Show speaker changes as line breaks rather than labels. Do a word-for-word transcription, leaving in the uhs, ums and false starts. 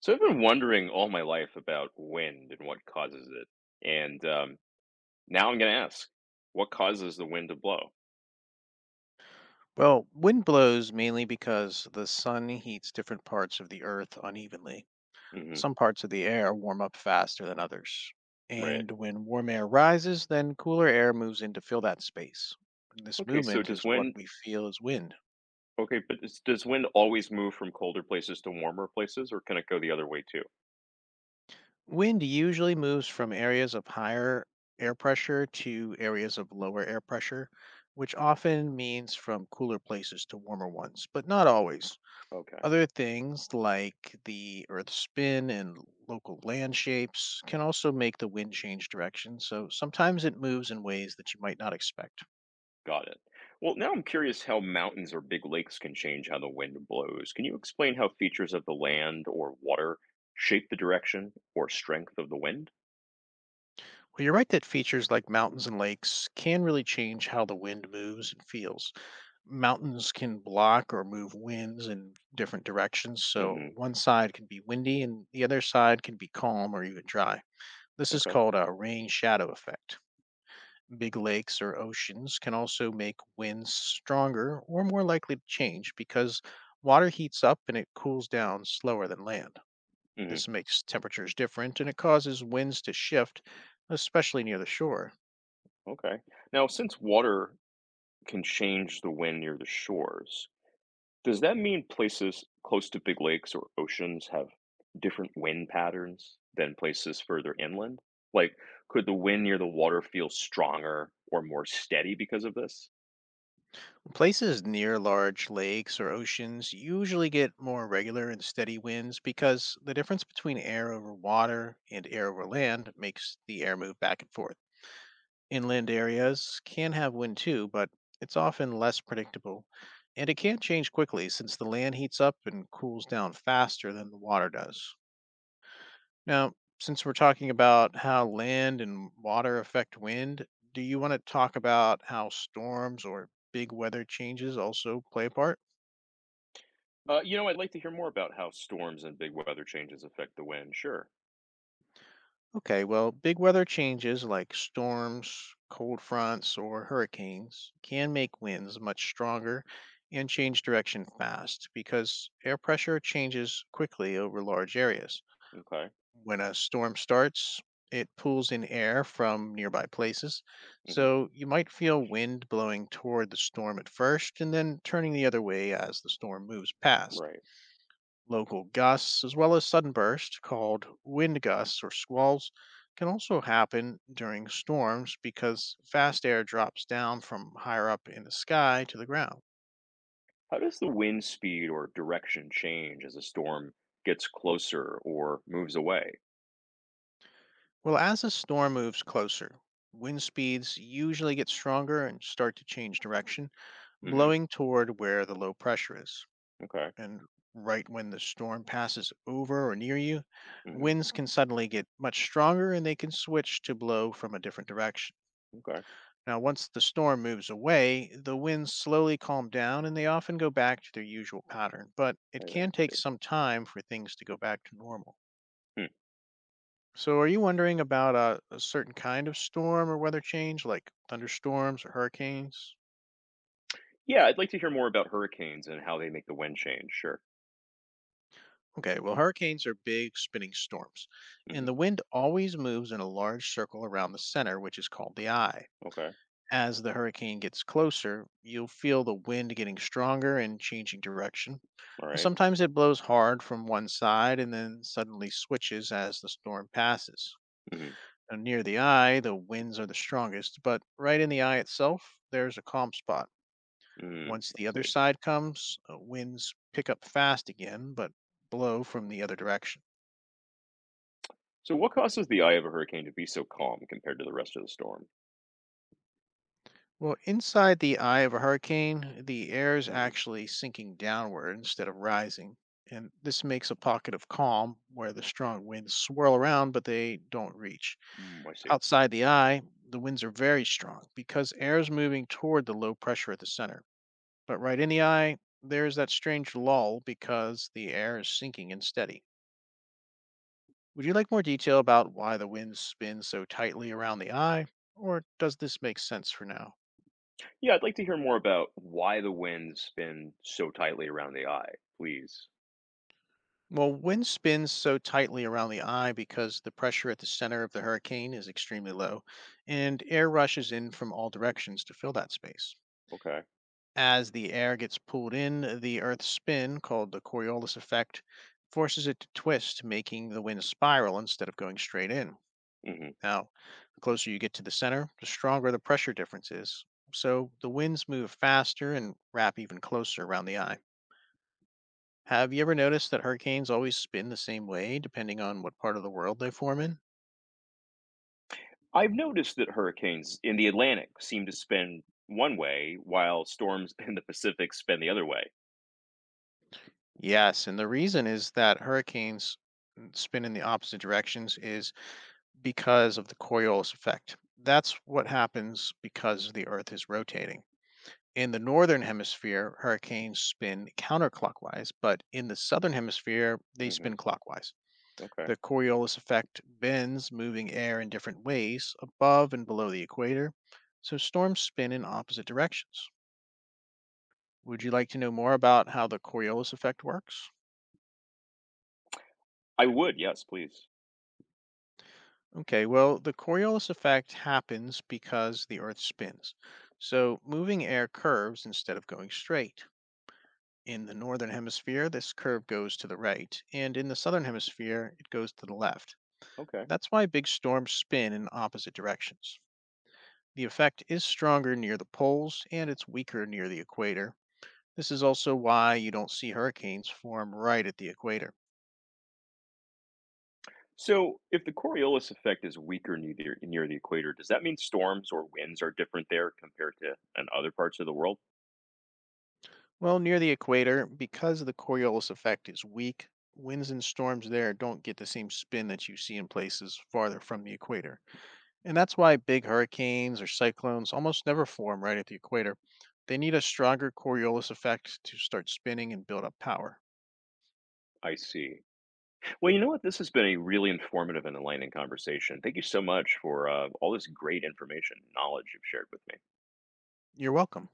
So I've been wondering all my life about wind and what causes it. And um, now I'm going to ask, what causes the wind to blow?
Well, wind blows mainly because the sun heats different parts of the earth unevenly.
Hmm.
Some parts of the air warm up faster than others.
Right.
And when warm air rises, then cooler air moves in to fill that space. This
Okay, so
movement
does
is what
wind,
we feel as wind.
okay, but is, does wind always move from colder places to warmer places, or can it go the other way too?
Wind usually moves from areas of higher air pressure to areas of lower air pressure, which often means from cooler places to warmer ones, but not always.
Okay.
Other things like the Earth's spin and local land shapes can also make the wind change direction, so sometimes it moves in ways that you might not expect.
Got it. Well, now I'm curious how mountains or big lakes can change how the wind blows. Can you explain how features of the land or water shape the direction or strength of the wind?
Well, you're right that features like mountains and lakes can really change how the wind moves and feels. Mountains can block or move winds in different directions, so
Hmm.
one side can be windy and the other side can be calm or even dry. This is
Okay.
called a rain shadow effect. Big lakes or oceans can also make winds stronger or more likely to change because water heats up and it cools down slower than land.
Hmm.
This makes temperatures different and it causes winds to shift, especially near the shore.
Okay. Now, since water can change the wind near the shores. Does that mean places close to big lakes or oceans have different wind patterns than places further inland? Like, could the wind near the water feel stronger or more steady because of this?
Places near large lakes or oceans usually get more regular and steady winds because the difference between air over water and air over land makes the air move back and forth. Inland areas can have wind too, but it's often less predictable, and it can change quickly since the land heats up and cools down faster than the water does. Now, since we're talking about how land and water affect wind, do you want to talk about how storms or big weather changes also play a part?
Uh, you know, I'd like to hear more about how storms and big weather changes affect the wind. Sure.
Okay, well, big weather changes like storms, cold fronts, or hurricanes can make winds much stronger and change direction fast because air pressure changes quickly over large areas.
Okay.
When a storm starts, it pulls in air from nearby places,
Hmm.
so you might feel wind blowing toward the storm at first and then turning the other way as the storm moves past.
Right.
Local gusts, as well as sudden bursts called wind gusts or squalls, can also happen during storms because fast air drops down from higher up in the sky to the ground.
How does the wind speed or direction change as a storm gets closer or moves away?
Well, as a storm moves closer, wind speeds usually get stronger and start to change direction,
Hmm.
blowing toward where the low pressure is.
Okay.
And right when the storm passes over or near you,
Hmm.
winds can suddenly get much stronger and they can switch to blow from a different direction.
Okay.
Now, once the storm moves away, the winds slowly calm down and they often go back to their usual pattern, but
I I
it can
see.
take
Hmm.
some time for things to go back to normal. So, are you wondering about a, a certain kind of storm or weather change, like thunderstorms or hurricanes?
Yeah, I'd like to hear more about hurricanes and how they make the wind change. Sure.
Okay, well, hurricanes are big spinning storms, and the
Hmm.
wind always moves in a large circle around the center, which is called the eye.
Okay.
As the hurricane gets closer, you'll feel the wind getting stronger and changing direction.
All right.
Sometimes it blows hard from one side and then suddenly switches as the storm passes.
Mm-hmm.
Now, near the eye, the winds are the strongest, but right in the eye itself, there's a calm spot.
Mm-hmm.
Once
I
the other
see.
side comes, uh, winds pick up fast again, but blow from the other direction.
So, what causes the eye of a hurricane to be so calm compared to the rest of the storm?
Well, inside the eye of a hurricane, the air is
Hmm.
actually sinking downward instead of rising. And this makes a pocket of calm where the strong winds swirl around, but they don't reach.
Mm, I see.
Outside the eye, the winds are very strong because air is moving toward the low pressure at the center. But right in the eye, there's that strange lull because the air is sinking and steady. Would you like more detail about why the winds spin so tightly around the eye? Or does this make sense for now?
Yeah, I'd like to hear more about why the winds spin so tightly around the eye, please.
Well, wind spins so tightly around the eye because the pressure at the center of the hurricane is extremely low, and air rushes in from all directions to fill that space.
Okay.
As the air gets pulled in, the Earth's spin, called the Coriolis effect, forces it to twist, making the wind spiral instead of going straight in.
Hmm.
Now, the closer you get to the center, the stronger the pressure difference is. So the winds move faster and wrap even closer around the eye. Have you ever noticed that hurricanes always spin the same way depending on what part of the world they form in?
I've noticed that hurricanes in the Atlantic seem to spin one way, while storms in the Pacific spin the other way.
Yes, and the reason is that hurricanes n- spin in the opposite directions is because of the Coriolis effect. That's what happens because the Earth is rotating. In the northern hemisphere, hurricanes spin counterclockwise, but in the southern hemisphere, they
Hmm.
spin clockwise.
Okay.
The Coriolis effect bends moving air in different ways above and below the equator, so storms spin in opposite directions. Would you like to know more about how the Coriolis effect works?
I would, yes, please.
Okay, well, the Coriolis effect happens because the Earth spins. So moving air curves instead of going straight. In the northern hemisphere, this curve goes to the right, and in the southern hemisphere, it goes to the left.
Okay.
That's why big storms spin in opposite directions. The effect is stronger near the poles and it's weaker near the equator. This is also why you don't see hurricanes form right at the equator.
So, if the Coriolis effect is weaker near the, near the, equator, does that mean storms or winds are different there compared to in other parts of the world?
Well, near the equator, because the Coriolis effect is weak, winds and storms there don't get the same spin that you see in places farther from the equator. And that's why big hurricanes or cyclones almost never form right at the equator. They need a stronger Coriolis effect to start spinning and build up power.
I see. Well, you know what? This has been a really informative and enlightening conversation. Thank you so much for uh, all this great information, and knowledge you've shared with me.
You're welcome.